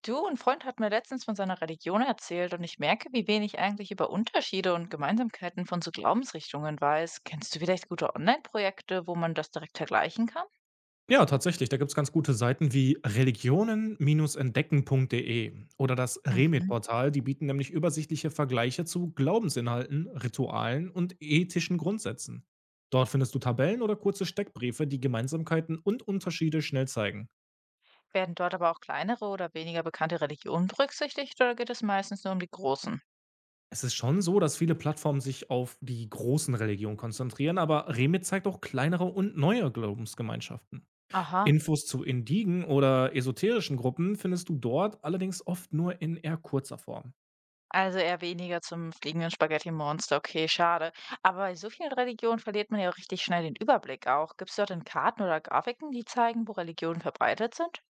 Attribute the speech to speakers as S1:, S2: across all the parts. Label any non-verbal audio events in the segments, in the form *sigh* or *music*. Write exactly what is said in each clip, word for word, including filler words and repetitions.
S1: Du, ein Freund hat mir letztens von seiner Religion erzählt und ich merke, wie wenig eigentlich über Unterschiede und Gemeinsamkeiten von so Glaubensrichtungen weiß. Kennst du vielleicht gute Online-Projekte, wo man das direkt vergleichen kann?
S2: Ja, tatsächlich, da gibt's ganz gute Seiten wie religionen-entdecken.de oder das
S1: Mhm.
S2: Remit-Portal, die bieten nämlich übersichtliche Vergleiche zu Glaubensinhalten, Ritualen und ethischen Grundsätzen. Dort findest du Tabellen oder kurze Steckbriefe, die Gemeinsamkeiten und Unterschiede schnell zeigen.
S1: Werden dort aber auch kleinere oder weniger bekannte Religionen berücksichtigt oder geht es meistens nur um die großen?
S2: Es ist schon so, dass viele Plattformen sich auf die großen Religionen konzentrieren, aber Remit zeigt auch kleinere und neue Glaubensgemeinschaften.
S1: Aha.
S2: Infos zu Indigen oder esoterischen Gruppen findest du dort allerdings oft nur in eher kurzer Form.
S1: Also eher weniger zum fliegenden Spaghetti-Monster. Okay, schade. Aber bei so vielen Religionen verliert man ja richtig schnell den Überblick auch. Gibt es dort denn Karten oder Grafiken, die zeigen, wo Religionen verbreitet sind?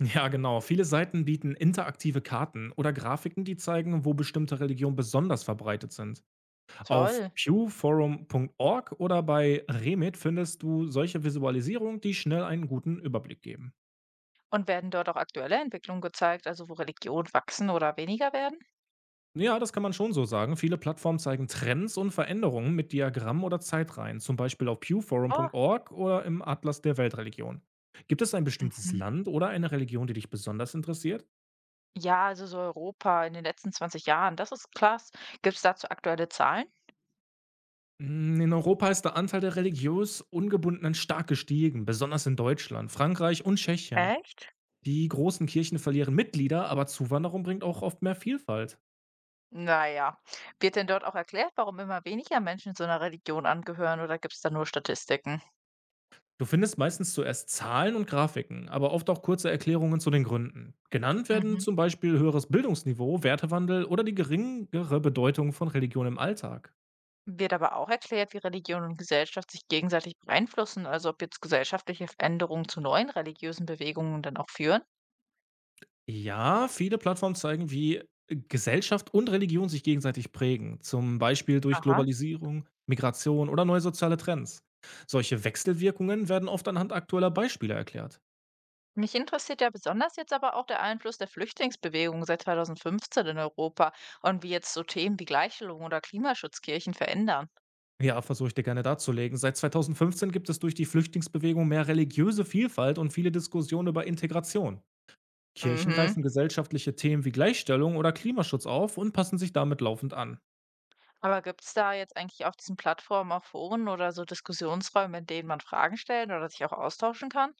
S2: Ja, genau. Viele Seiten bieten interaktive Karten oder Grafiken, die zeigen, wo bestimmte Religionen besonders verbreitet sind. Auf
S1: Toll.
S2: pew forum Punkt org oder bei Remit findest du solche Visualisierungen, die schnell einen guten Überblick geben.
S1: Und werden dort auch aktuelle Entwicklungen gezeigt, also wo Religionen wachsen oder weniger werden?
S2: Ja, das kann man schon so sagen. Viele Plattformen zeigen Trends und Veränderungen mit Diagrammen oder Zeitreihen, zum Beispiel auf
S1: Oh.
S2: pew forum Punkt org oder im Atlas der Weltreligionen. Gibt es ein bestimmtes
S1: Mhm.
S2: Land oder eine Religion, die dich besonders interessiert?
S1: Ja, also so Europa in den letzten zwanzig Jahren, das ist krass. Gibt es dazu aktuelle Zahlen?
S2: Hm, in Europa ist der Anteil der religiös Ungebundenen stark gestiegen, besonders in Deutschland, Frankreich und Tschechien.
S1: Echt?
S2: Die großen Kirchen verlieren Mitglieder, aber Zuwanderung bringt auch oft mehr Vielfalt.
S1: Naja, wird denn dort auch erklärt, warum immer weniger Menschen zu einer Religion angehören oder gibt es da nur Statistiken?
S2: Du findest meistens zuerst Zahlen und Grafiken, aber oft auch kurze Erklärungen zu den Gründen. Genannt werden
S1: Mhm.
S2: zum Beispiel höheres Bildungsniveau, Wertewandel oder die geringere Bedeutung von Religion im Alltag.
S1: Wird aber auch erklärt, wie Religion und Gesellschaft sich gegenseitig beeinflussen, also ob jetzt gesellschaftliche Veränderungen zu neuen religiösen Bewegungen dann auch führen?
S2: Ja, viele Plattformen zeigen, wie Gesellschaft und Religion sich gegenseitig prägen, zum Beispiel durch
S1: Aha.
S2: Globalisierung, Migration oder neue soziale Trends. Solche Wechselwirkungen werden oft anhand aktueller Beispiele erklärt.
S1: Mich interessiert ja besonders jetzt aber auch der Einfluss der Flüchtlingsbewegung seit zweitausendfünfzehn in Europa, und wie jetzt so Themen wie Gleichstellung oder Klimaschutz Kirchen verändern.
S2: Ja, versuche ich dir gerne darzulegen. Seit zweitausendfünfzehn gibt es durch die Flüchtlingsbewegung mehr religiöse Vielfalt und viele Diskussionen über Integration. Kirchen
S1: Mhm.
S2: greifen gesellschaftliche Themen wie Gleichstellung oder Klimaschutz auf und passen sich damit laufend an.
S1: Aber gibt es da jetzt eigentlich auf diesen Plattformen auch Foren oder so Diskussionsräume, in denen man Fragen stellen oder sich auch austauschen kann?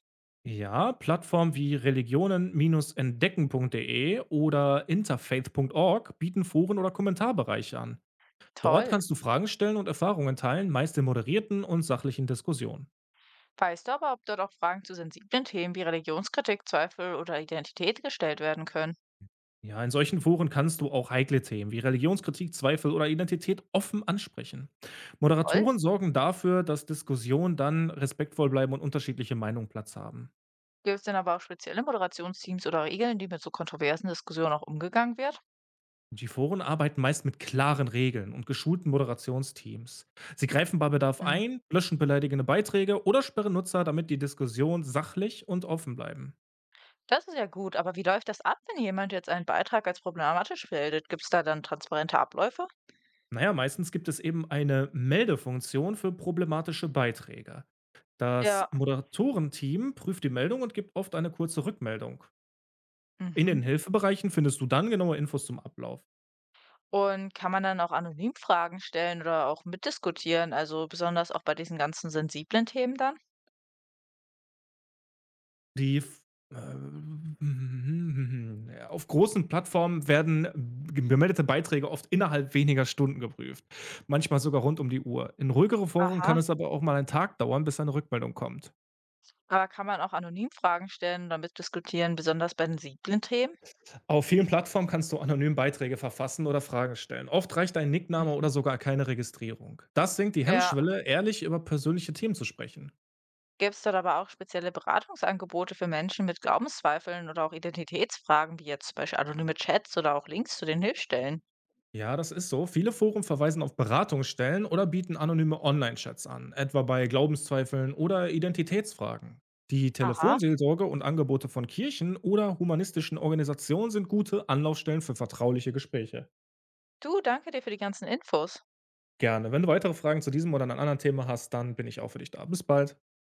S2: Ja, Plattformen wie religionen-entdecken.de oder interfaith Punkt org bieten Foren oder Kommentarbereiche an. Dort
S1: Toll.
S2: kannst du Fragen stellen und Erfahrungen teilen, meist in moderierten und sachlichen Diskussionen.
S1: Weißt du aber, ob dort auch Fragen zu sensiblen Themen wie Religionskritik, Zweifel oder Identität gestellt werden können?
S2: Ja, in solchen Foren kannst du auch heikle Themen wie Religionskritik, Zweifel oder Identität offen ansprechen.
S1: Toll.
S2: Moderatoren sorgen dafür, dass Diskussionen dann respektvoll bleiben und unterschiedliche Meinungen Platz haben.
S1: Gibt es denn aber auch spezielle Moderationsteams oder Regeln, die mit so kontroversen Diskussionen auch umgegangen wird?
S2: Die Foren arbeiten meist mit klaren Regeln und geschulten Moderationsteams. Sie greifen bei Bedarf
S1: Mhm.
S2: ein, löschen beleidigende Beiträge oder sperren Nutzer, damit die Diskussion sachlich und offen bleiben.
S1: Das ist ja gut, aber wie läuft das ab, wenn jemand jetzt einen Beitrag als problematisch meldet? Gibt es da dann transparente Abläufe?
S2: Naja, meistens gibt es eben eine Meldefunktion für problematische Beiträge. Das
S1: Ja.
S2: Moderatorenteam prüft die Meldung und gibt oft eine kurze Rückmeldung. In den
S1: Mhm.
S2: Hilfebereichen findest du dann genaue Infos zum Ablauf.
S1: Und kann man dann auch anonym Fragen stellen oder auch mitdiskutieren, also besonders auch bei diesen ganzen sensiblen Themen dann?
S2: Die f ähm, ja, *laughs* auf großen Plattformen werden gemeldete Beiträge oft innerhalb weniger Stunden geprüft, manchmal sogar rund um die Uhr. In ruhigere Foren kann
S1: Aha.
S2: es aber auch mal einen Tag dauern, bis eine Rückmeldung kommt.
S1: Aber kann man auch anonym Fragen stellen oder mitdiskutieren, besonders bei sensiblen Themen?
S2: Auf vielen Plattformen kannst du anonym Beiträge verfassen oder Fragen stellen. Oft reicht ein Nickname oder
S1: Mhm.
S2: sogar keine Registrierung. Das senkt die
S1: Ja.
S2: Hemmschwelle, ehrlich über persönliche Themen zu sprechen.
S1: Gibt es dort aber auch spezielle Beratungsangebote für Menschen mit Glaubenszweifeln oder auch Identitätsfragen, wie jetzt zum Beispiel anonyme Chats oder auch Links zu den Hilfsstellen?
S2: Ja, das ist so. Viele Foren verweisen auf Beratungsstellen oder bieten anonyme Online-Chats an, etwa bei Glaubenszweifeln oder Identitätsfragen. Die
S1: Aha.
S2: Telefonseelsorge und Angebote von Kirchen oder humanistischen Organisationen sind gute Anlaufstellen für vertrauliche Gespräche.
S1: Du, danke dir für die ganzen Infos.
S2: Gerne. Wenn du weitere Fragen zu diesem oder einem anderen Thema hast, dann bin ich auch für dich da. Bis bald.